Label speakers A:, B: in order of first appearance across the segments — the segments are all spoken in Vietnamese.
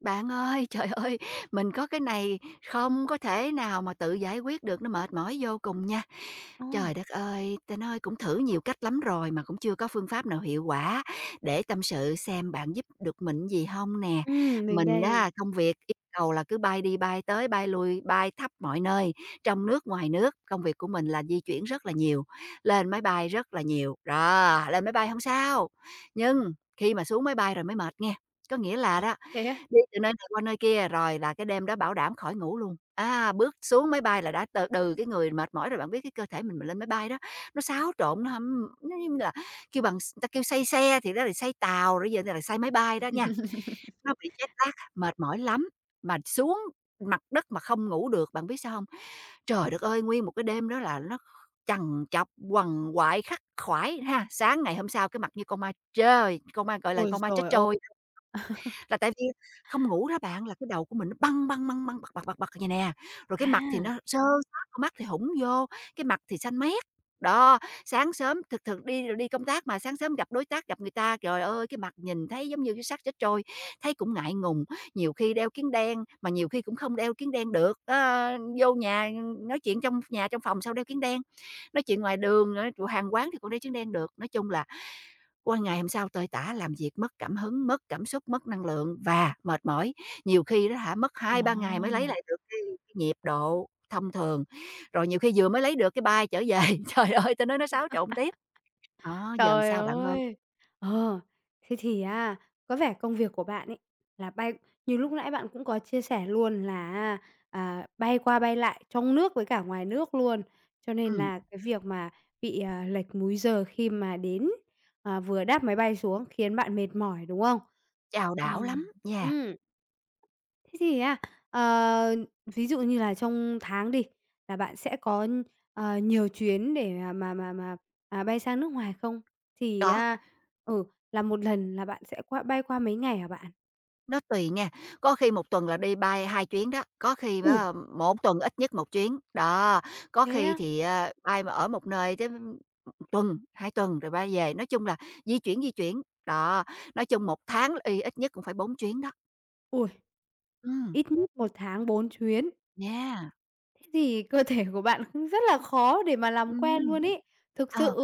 A: Bạn ơi, trời ơi, mình có cái này không có thể nào mà tự giải quyết được, nó mệt mỏi vô cùng nha.
B: Ồ!
A: Trời đất ơi, ta nói cũng thử nhiều cách lắm rồi mà cũng chưa có phương pháp nào hiệu quả. Để tâm sự xem bạn giúp được mình gì không nè.
B: Miền
A: Mình
B: Tây.
A: á, công việc yêu cầu là cứ bay đi bay tới, bay lui, bay khắp mọi nơi, trong nước, ngoài nước. Công việc của mình là di chuyển rất là nhiều, lên máy bay rất là nhiều. Đó, lên máy bay không sao, nhưng khi mà xuống máy bay rồi mới mệt nghe. Có nghĩa là đó,
B: Thế á?
A: đi từ nơi này qua nơi kia, rồi là cái đêm đó bảo đảm khỏi ngủ luôn. À, bước xuống máy bay là đã từ từ cái người mệt mỏi rồi, bạn biết cái cơ thể mình mà lên máy bay đó, nó xáo trộn, nó hâm nó như là kêu bằng người ta kêu "say xe" thì đó là say tàu, rồi giờ này là say máy bay đó nha, nó bị jet lag, mệt mỏi lắm. Mà xuống mặt đất mà không ngủ được, bạn biết sao không? Trời đất ơi, nguyên một cái đêm đó là nó trằn chọc quằn quại, khắc khoải ha. Sáng ngày hôm sau cái mặt như con ma trời, con ma, gọi là,
B: Ôi
A: con ma chết
B: giời ơi!
A: trôi. Là tại vì không ngủ đó bạn, là cái đầu của mình nó băng băng, băng băng, bật, bật, bật, bật vậy nè, rồi cái
B: À!
A: mặt thì nó sơ sát, con mắt thì hủng vô, cái mặt thì xanh mét. Đó, sáng sớm thực thực đi đi công tác mà sáng sớm gặp đối tác, gặp người ta, trời ơi, cái mặt nhìn thấy giống như cái xác chết trôi, thấy cũng ngại ngùng, nhiều khi đeo kiến đen, mà nhiều khi cũng không đeo kiến đen được, vô nhà nói chuyện trong nhà, trong phòng sao đeo kiến đen, nói chuyện ngoài đường, ở chỗ hàng quán thì còn đeo kiến đen được. Nói chung là qua ngày hôm sau tơi tả, làm việc mất cảm hứng, mất cảm xúc, mất năng lượng và mệt mỏi. Nhiều khi đó hả, mất hai ba ngày mới lấy
B: Ồ!
A: lại được cái nhịp độ thông thường, rồi nhiều khi vừa mới lấy được cái bay trở về. Trời ơi, ta nói nó xáo trộn tiếp. Đó, giờ làm
B: Trời
A: sao bạn ơi?
B: ơi! Ờ, thế thì á, có vẻ công việc của bạn ấy là bay như lúc nãy bạn cũng có chia sẻ luôn là á, bay qua bay lại trong nước với cả ngoài nước luôn, cho nên
A: Ừm,
B: là cái việc mà bị, lệch múi giờ khi mà đến, vừa đáp máy bay xuống khiến bạn mệt mỏi, đúng không?
A: chao đảo
B: Ừm.
A: lắm nha.
B: Ừm. Thế thì á, ờ, ví dụ như là trong tháng đi, là bạn sẽ có, nhiều chuyến để mà bay sang nước ngoài không? Thì
A: Có.
B: á ừ, là một lần là bạn sẽ qua bay qua mấy ngày hả bạn?
A: Nó tùy nha, có khi một tuần là đi bay 2 chuyến đó, có khi
B: Ủ.
A: á 1 tuần ít nhất một chuyến, đó, có
B: Thế
A: khi
B: á?
A: thì, bay mà ở một nơi tới 1 tuần, 2 tuần rồi bay về, nói chung là di chuyển, đó, nói chung một tháng là y ít nhất cũng phải 4 chuyến đó.
B: Ôi,
A: Ừm,
B: ít nhất một tháng 4 chuyến.
A: yeah,
B: Thế thì cơ thể của bạn cũng rất là khó để mà làm
A: ừ,
B: quen luôn ý thực
A: ờ.
B: sự.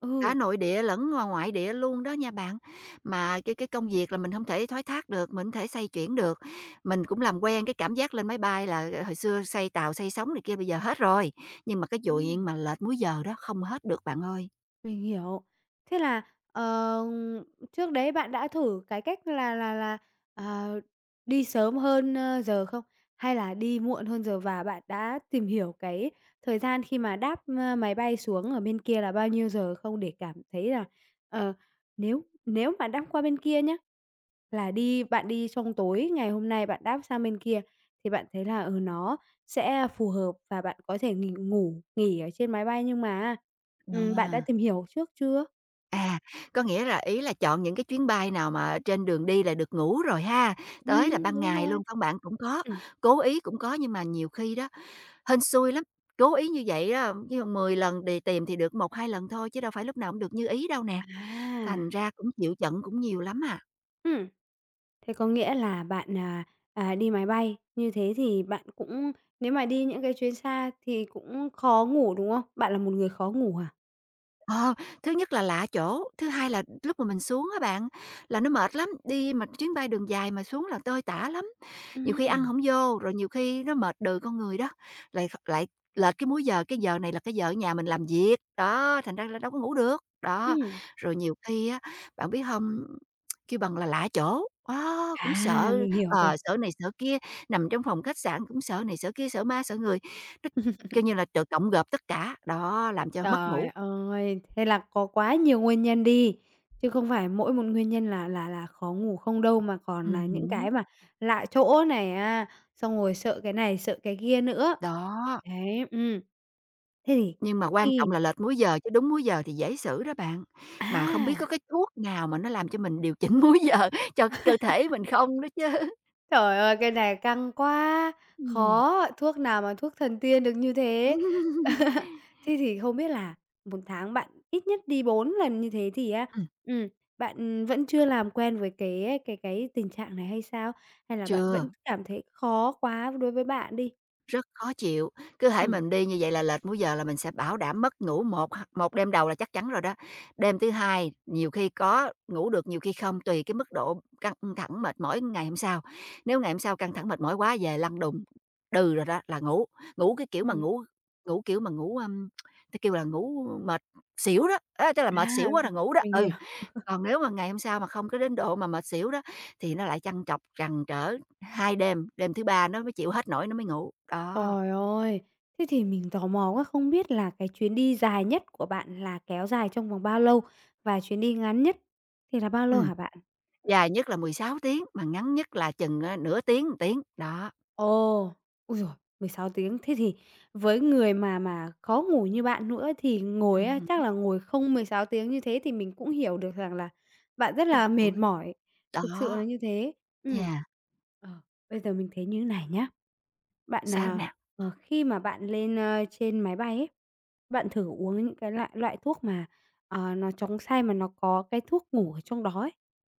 B: Ừ.
A: Cả nội địa lẫn ngoài ngoại địa luôn đó nha bạn. Mà cái công việc là mình không thể thoái thác được, mình hông thể xoay chuyển được. Mình cũng làm quen cái cảm giác lên máy bay là, hồi xưa xây tàu, xây sóng này kia bây giờ hết rồi, nhưng mà cái chuyện mà lệch múi giờ đó không hết được bạn ơi.
B: Mình hiểu. Thế là, ờ, trước đấy bạn đã thử cái cách là, ờ, đi sớm hơn, giờ không? Hay là đi muộn hơn giờ và bạn đã tìm hiểu cái thời gian khi mà đáp, máy bay xuống ở bên kia là bao nhiêu giờ không? Để cảm thấy là, ờ, nếu nếu mà đáp qua bên kia nhé là đi bạn đi trong tối ngày hôm nay bạn đáp sang bên kia thì bạn thấy là, nó sẽ phù hợp và bạn có thể nghỉ ngủ nghỉ ở trên máy bay, nhưng mà bạn đã
A: À.
B: tìm hiểu trước chưa?
A: À, có nghĩa là ý là chọn những cái chuyến bay nào mà trên đường đi là được ngủ rồi ha, tới là ban
B: Đúng
A: ngày
B: rồi.
A: luôn, phải bạn? Cũng có,
B: Ừm,
A: cố ý cũng có nhưng mà nhiều khi đó hên xui lắm, cố ý như vậy á, ví dụ lần đi tìm thì được một hai lần thôi chứ đâu phải lúc nào cũng được như ý đâu nè, thành
B: à,
A: ra cũng chịu giận cũng nhiều lắm à.
B: ừm. Thế có nghĩa là bạn, đi máy bay, như thế thì bạn cũng nếu mà đi những cái chuyến xa thì cũng khó ngủ, đúng không? Bạn là một người khó ngủ à?
A: Ờ, thứ nhất là lạ chỗ, thứ hai là lúc mà mình xuống á bạn, là nó mệt lắm, đi mà chuyến bay đường dài mà xuống là tơi tả lắm. Nhiều khi ăn
B: Ừm.
A: không vô, rồi nhiều khi nó mệt đừ con người đó, lại lại lệch cái múi giờ, cái giờ này là cái giờ ở nhà mình làm việc, đó, thành ra là đâu có ngủ được. Đó,
B: Ừm,
A: rồi nhiều khi á, bạn biết không kêu bằng là lạ chỗ, đó, cũng
B: à,
A: sợ,
B: mình hiểu rồi.
A: sợ này sợ kia, nằm trong phòng khách sạn cũng sợ này sợ kia, sợ ma sợ người, nó kêu như là t cộng gộp tất cả, đó, làm cho mất
B: Trời
A: ngủ.
B: ơi! Thế là có quá nhiều nguyên nhân đi, chứ không phải mỗi một nguyên nhân là khó ngủ không đâu, mà còn là những
A: Hứm,
B: cái mà lạ chỗ này á, xong rồi sợ cái này, sợ cái kia nữa.
A: đó.
B: Đấy. Thế thì
A: Nhưng mà quan trọng
B: khi
A: là lệch múi giờ chứ đúng múi giờ thì dễ xử đó bạn. Mà không biết
B: à!
A: có cái thuốc nào mà nó làm cho mình điều chỉnh múi giờ cho cơ thể mình không đó chứ?
B: Trời ơi, cái này căng quá,
A: Ừm.
B: khó, thuốc nào mà thuốc thần tiên được như thế.
A: Ừm,
B: Thế thì không biết là một tháng bạn ít nhất đi 4 lần như thế thì á, ừm, bạn vẫn chưa làm quen với cái tình trạng này hay sao? Hay là bạn
A: chưa.
B: vẫn cảm thấy khó quá đối với bạn đi?
A: Rất khó chịu, cứ hễ
B: Ừm,
A: mình đi như vậy là lệch múi giờ là mình sẽ bảo đảm mất ngủ một một đêm đầu là chắc chắn rồi đó. Đêm thứ 2 nhiều khi có ngủ được, nhiều khi không, tùy cái mức độ căng thẳng mệt mỏi ngày hôm sau. Nếu ngày hôm sau căng thẳng mệt mỏi quá về lăn đùng đừ rồi đó là ngủ, ngủ cái kiểu mà
B: ừm.
A: ngủ ngủ kiểu mà ngủ, ưm, ta kêu là ngủ mệt xỉu đó, á, tức là mệt
B: À,
A: xỉu quá là ngủ đó,
B: mình hiểu.
A: ừ. Còn nếu mà ngày hôm sau mà không có đến độ mà mệt xỉu đó thì nó lại chăn chọc trăn trở 2 đêm, đêm thứ 3 nó mới chịu hết nổi nó mới ngủ. Đó,
B: Trời ơi, thế thì mình tò mò quá, không biết là cái chuyến đi dài nhất của bạn là kéo dài trong vòng bao lâu? Và chuyến đi ngắn nhất thì là bao lâu
A: ừm,
B: hả bạn?
A: dài nhất là 16 tiếng, mà ngắn nhất là chừng, nửa tiếng, một tiếng, đó.
B: Ồ, ôi 16 tiếng. Thế thì với người mà khó ngủ như bạn nữa thì ngồi á,
A: Hứm.
B: chắc là ngồi không 16 tiếng như thế thì mình cũng hiểu được rằng là bạn rất
A: Trời
B: là mệt
A: ơi!
B: mỏi, thực sự là
A: Đó,
B: như thế. Ừm.
A: yeah,
B: Ờ, bây giờ mình thấy như này nhá. Bạn,
A: sao nè?
B: khi mà bạn lên, trên máy bay ấy, bạn thử uống những cái loại loại thuốc mà, nó chống say mà nó có cái thuốc ngủ ở trong đó ấy.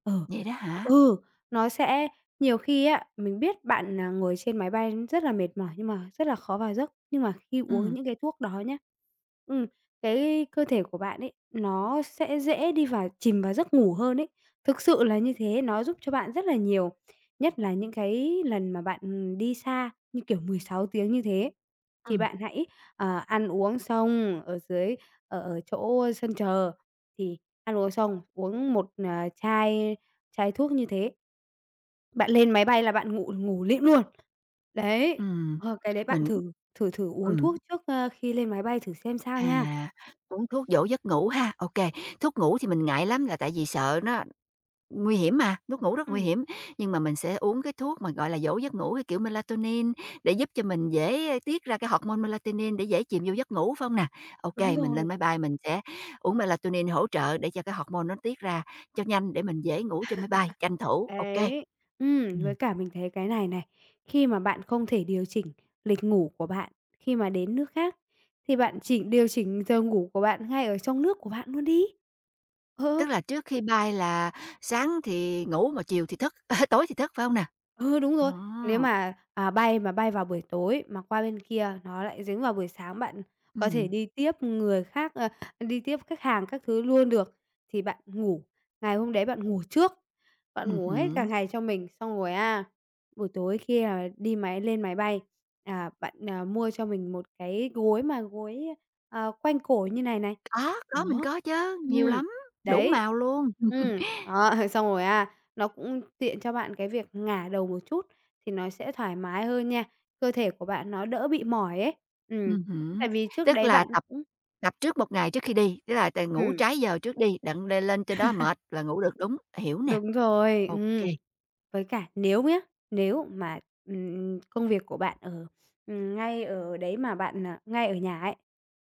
B: Ờ,
A: Vậy đó
B: ờ,
A: hả?
B: ừ, nó sẽ nhiều khi á, mình biết bạn, ngồi trên máy bay rất là mệt mỏi, nhưng mà rất là khó vào giấc, nhưng mà khi uống
A: Ừm,
B: những cái thuốc đó nhá, ừm, cái cơ thể của bạn ấy, nó sẽ dễ đi vào chìm vào giấc ngủ hơn ấy. Thực sự là như thế, nó giúp cho bạn rất là nhiều, nhất là những cái lần mà bạn, đi xa, như kiểu 16 tiếng như thế, thì
A: ừm,
B: bạn hãy, ăn uống xong ở dưới ở ở chỗ sân chờ, thì ăn uống xong uống một, chai chai thuốc như thế, bạn lên máy bay là bạn ngủ ngủ lịm luôn. Đấy,
A: ừm,
B: cái đấy bạn
A: mình
B: thử thử thử uống thuốc
A: ừm,
B: trước, khi lên máy bay thử xem sao nha.
A: à, Uống thuốc dỗ giấc ngủ ha, ô kê. Thuốc ngủ thì mình ngại lắm là tại vì sợ nó nguy hiểm mà, thuốc ngủ rất nguy
B: Ừm.
A: hiểm, nhưng mà mình sẽ uống cái thuốc mà, gọi là, dỗ giấc ngủ, cái kiểu melatonin để giúp cho mình dễ tiết ra cái hormone melatonin để dễ chìm vô giấc ngủ, phải không nè?
B: Đúng
A: OK, mình
B: rồi,
A: lên máy bay mình sẽ uống melatonin hỗ trợ để cho cái hormone nó tiết ra cho nhanh để mình dễ ngủ trên máy bay, tranh thủ, OK.
B: đấy. Với
A: Ừm,
B: cả mình thấy cái này này, khi mà bạn không thể điều chỉnh lịch ngủ của bạn khi mà đến nước khác, thì bạn điều chỉnh giờ ngủ của bạn ngay ở trong nước của bạn luôn đi. Ờ.
A: tức là trước khi bay là sáng thì ngủ mà chiều thì thức, tối thì thức, phải không nè?
B: Ừ, đúng
A: Ờ,
B: rồi. Nếu mà, bay mà bay vào buổi tối mà qua bên kia nó lại dính vào buổi sáng, bạn có thể
A: ừm,
B: đi tiếp người khác, đi tiếp khách hàng các thứ luôn được. Thì bạn ngủ, ngày hôm đấy bạn ngủ trước, bạn ngủ hết cả
A: hứm.
B: ngày cho mình, xong rồi à buổi tối khi, đi lên máy bay, bạn, mua cho mình một cái gối mà gối, quanh cổ như này này.
A: Có, mình
B: Đó.
A: có chứ, nhiều
B: Ừm,
A: lắm, đủ
B: đấy.
A: màu luôn.
B: Đó, xong rồi à nó cũng tiện cho bạn cái việc ngả đầu một chút thì nó sẽ thoải mái hơn nha, cơ thể của bạn nó đỡ bị mỏi ấy. Ừm, tại
A: Hứm,
B: vì trước
A: tức
B: đấy
A: là
B: bạn
A: tập
B: cũng
A: tập trước một ngày trước khi đi, tức là t ngủ
B: ừm.
A: trái giờ trước đi, đặng đ lên trên đó mệt là ngủ được, đúng, hiểu nè,
B: Đúng rồi,
A: ô kê.
B: ừm. Với cả nếu mà, công việc của bạn ở, ngay ở đấy mà bạn, ngay ở nhà ấy,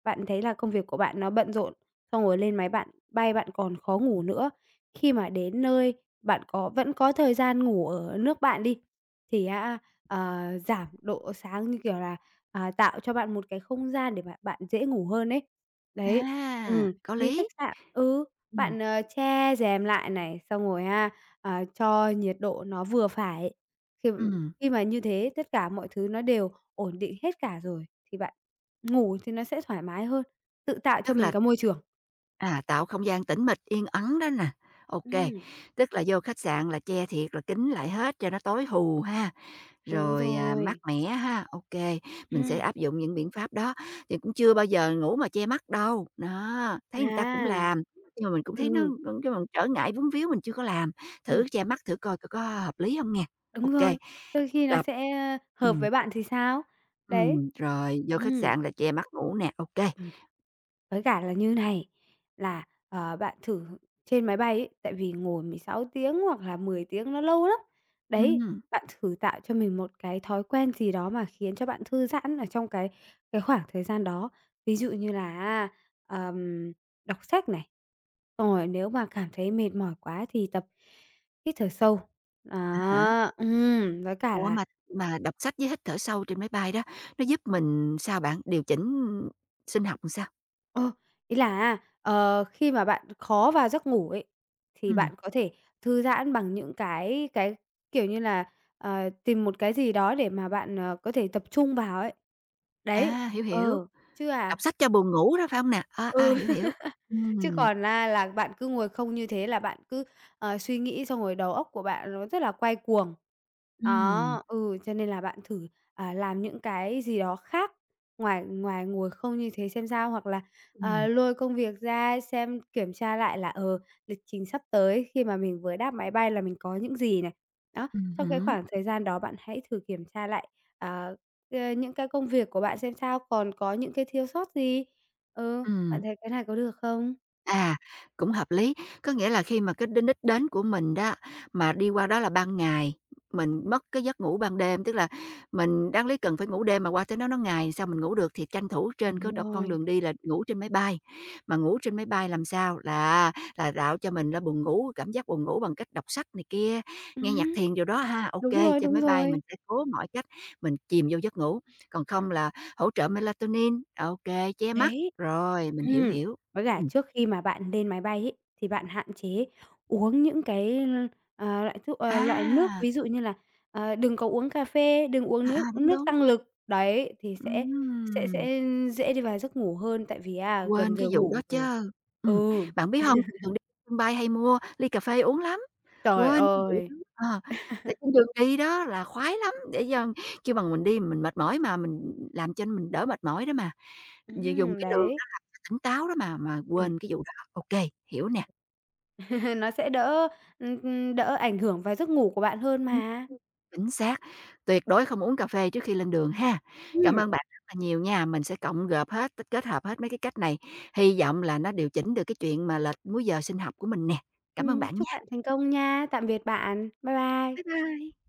B: bạn thấy là công việc của bạn nó bận rộn, xong rồi lên máy bạn bay bạn còn khó ngủ nữa. Khi mà đến nơi bạn vẫn có thời gian ngủ ở nước bạn đi, thì á, giảm độ sáng, như kiểu là, tạo cho bạn một cái không gian để bạn bạn dễ ngủ hơn ấy. Đấy,
A: À, có
B: đi khách
A: lý.
B: sạn ừ.
A: Ừm,
B: Bạn, che rèm lại này, xong rồi ha, cho nhiệt độ nó vừa phải. Khi m-
A: ừm,
B: khi mà như thế tất cả mọi thứ nó đều ổn định hết cả rồi thì bạn ngủ thì nó sẽ thoải mái hơn, tự tạo cho
A: tức
B: mình
A: là,
B: cái môi trường.
A: à, tạo không gian tĩnh mịch, yên ắng đó nè, ô kê,
B: Ừm,
A: tức là vô khách sạn là che thiệt là kín lại hết cho nó tối hù ha.
B: đúng
A: Rồi, à, mát
B: rồi.
A: mẻ ha, ok, mình sẽ
B: Ừm,
A: áp dụng những biện pháp đó, thì cũng chưa bao giờ ngủ mà che mắt đâu. Đó, thấy người ta cũng
B: à,
A: làm, nhưng mà mình cũng thấy nó
B: ừ,
A: cũng kêu bằng trở ngại vướng víu mình chưa có làm,
B: ừm,
A: thử che mắt thử coi có hợp lý không nghe.
B: đúng
A: Ok
B: rồi,
A: kê,
B: đôi khi nó
A: tập
B: sẽ hợp
A: ừm,
B: với bạn thì sao. Đấy,
A: rồi vô khách
B: ừm.
A: sạn là che mắt ngủ nè, ok kê.
B: Ừm. Với cả là như này, là, bạn thử trên máy bay ấy, tại vì ngồi 16 tiếng hoặc là 10 tiếng nó lâu lắm. Đấy,
A: Ừm,
B: bạn thử tạo cho mình một cái thói quen gì đó mà khiến cho bạn thư giãn ở trong cái khoảng thời gian đó. Ví dụ như là ờm, đọc sách này, rồi nếu mà cảm thấy mệt mỏi quá thì tập hít thở sâu.
A: à
B: Đó, với cả
A: Ủa,
B: là
A: mà đọc sách với hít thở sâu trên máy bay đó, nó giúp mình sao bạn? Điều chỉnh sinh học làm sao?
B: Ờ, ý là á, khi mà bạn khó vào giấc ngủ ấy, thì
A: Ừm,
B: bạn có thể thư giãn bằng những cái, kiểu như là, tìm một cái gì đó để mà bạn, có thể tập trung vào ấy. Đấy,
A: à, hiểu, hiểu.
B: ờ, chứ
A: Đọc
B: à
A: sách cho buồn ngủ đó, phải hông nè? A, a,
B: ừ.
A: hiểu, hiểu.
B: Chứ
A: Ừm,
B: còn là bạn cứ ngồi không như thế là bạn cứ, suy nghĩ xong rồi đầu óc của bạn nó rất là quay cuồng.
A: ừm,
B: Đó, ừ, cho nên là bạn thử, làm những cái gì đó khác ngoài ngoài ngồi không như thế xem sao, hoặc là,
A: ừm,
B: lôi công việc ra xem kiểm tra lại là, lịch trình sắp tới khi mà mình vừa đáp máy bay là mình có những gì này. Đó,
A: ừm
B: trong cái
A: hứm,
B: khoảng thời gian đó bạn hãy thử kiểm tra lại, ờ, những cái công việc của bạn xem sao, còn có những cái thiếu sót gì. Ừ, bạn
A: ừm.
B: thấy cái này có được không?
A: À, cũng hợp lý. Có nghĩa là khi mà cái đến đích đến của mình đó, mà đi qua đó là ban ngày, mình mất cái giấc ngủ ban đêm, tức là mình đáng lý cần phải ngủ đêm mà qua tới đó nó ngày, sao mình ngủ được thì tranh thủ trên cái
B: Đúng
A: đo- con
B: rồi.
A: đường đi là ngủ trên máy bay. Mà ngủ trên máy bay làm sao? Là tạo cho mình là buồn ngủ, cảm giác buồn ngủ bằng cách đọc sách này kia, nghe nhạc
B: Ừm.
A: thiền điều đó ha.
B: Đúng
A: Ok,
B: rồi,
A: trên
B: đúng
A: máy bay
B: rồi.
A: mình sẽ cố mọi cách mình chìm vô giấc ngủ. Còn không là hỗ trợ melatonin. Ok, che mắt.
B: Đấy.
A: Rồi, mình hiểu
B: Ừm,
A: hiểu.
B: với cả
A: Ừ.
B: trước khi mà bạn lên máy bay ấy, thì bạn hạn chế uống những cái, loại thuốc loại nước,
A: À,
B: ví dụ như là, đừng có uống cà phê, đừng uống
A: à, à,
B: nước
A: đúng,
B: nước tăng
A: đúng,
B: lực. Đấy, thì sẽ sẽ
A: ừm,
B: sẽ dễ đi vào giấc ngủ hơn, tại vì á, gần
A: quên cái
B: giờ
A: vụ
B: ngủ
A: đó
B: rồi.
A: chớ. Ừm,
B: Ừ.
A: bạn biết hông, thường thường đi sân bay hay mua ly cà phê uống lắm,
B: Trời
A: quên cái vụ
B: ơi!
A: đó, ờ, tại trên đường đi đó là khoái lắm, để cho kêu bằng mình đi mình mệt mỏi mà, mình làm cho mình đỡ mệt mỏi đó mà, d dùng cái đường
B: Đấy.
A: đó làm cho tỉnh táo đó mà
B: Ừm.
A: quên cái vụ đó. Ô kê, hiểu nè.
B: Nó sẽ đỡ, đỡ ảnh hưởng vào giấc ngủ của bạn hơn
A: Ừm,
B: mà.
A: ừm. Chính xác, tuyệt đối không uống cà phê trước khi lên đường ha. Cảm
B: Ừm.
A: ơn bạn rất là nhiều nha, mình sẽ cộng gộp hết, t kết hợp hết mấy cái cách này, hy vọng là nó điều chỉnh được cái chuyện mà lệch múi giờ sinh học của mình nè. Cảm ơn bạn
B: Chúc
A: nha,
B: bạn thành công nha. Tạm biệt bạn. Bye bye.
A: bye bye.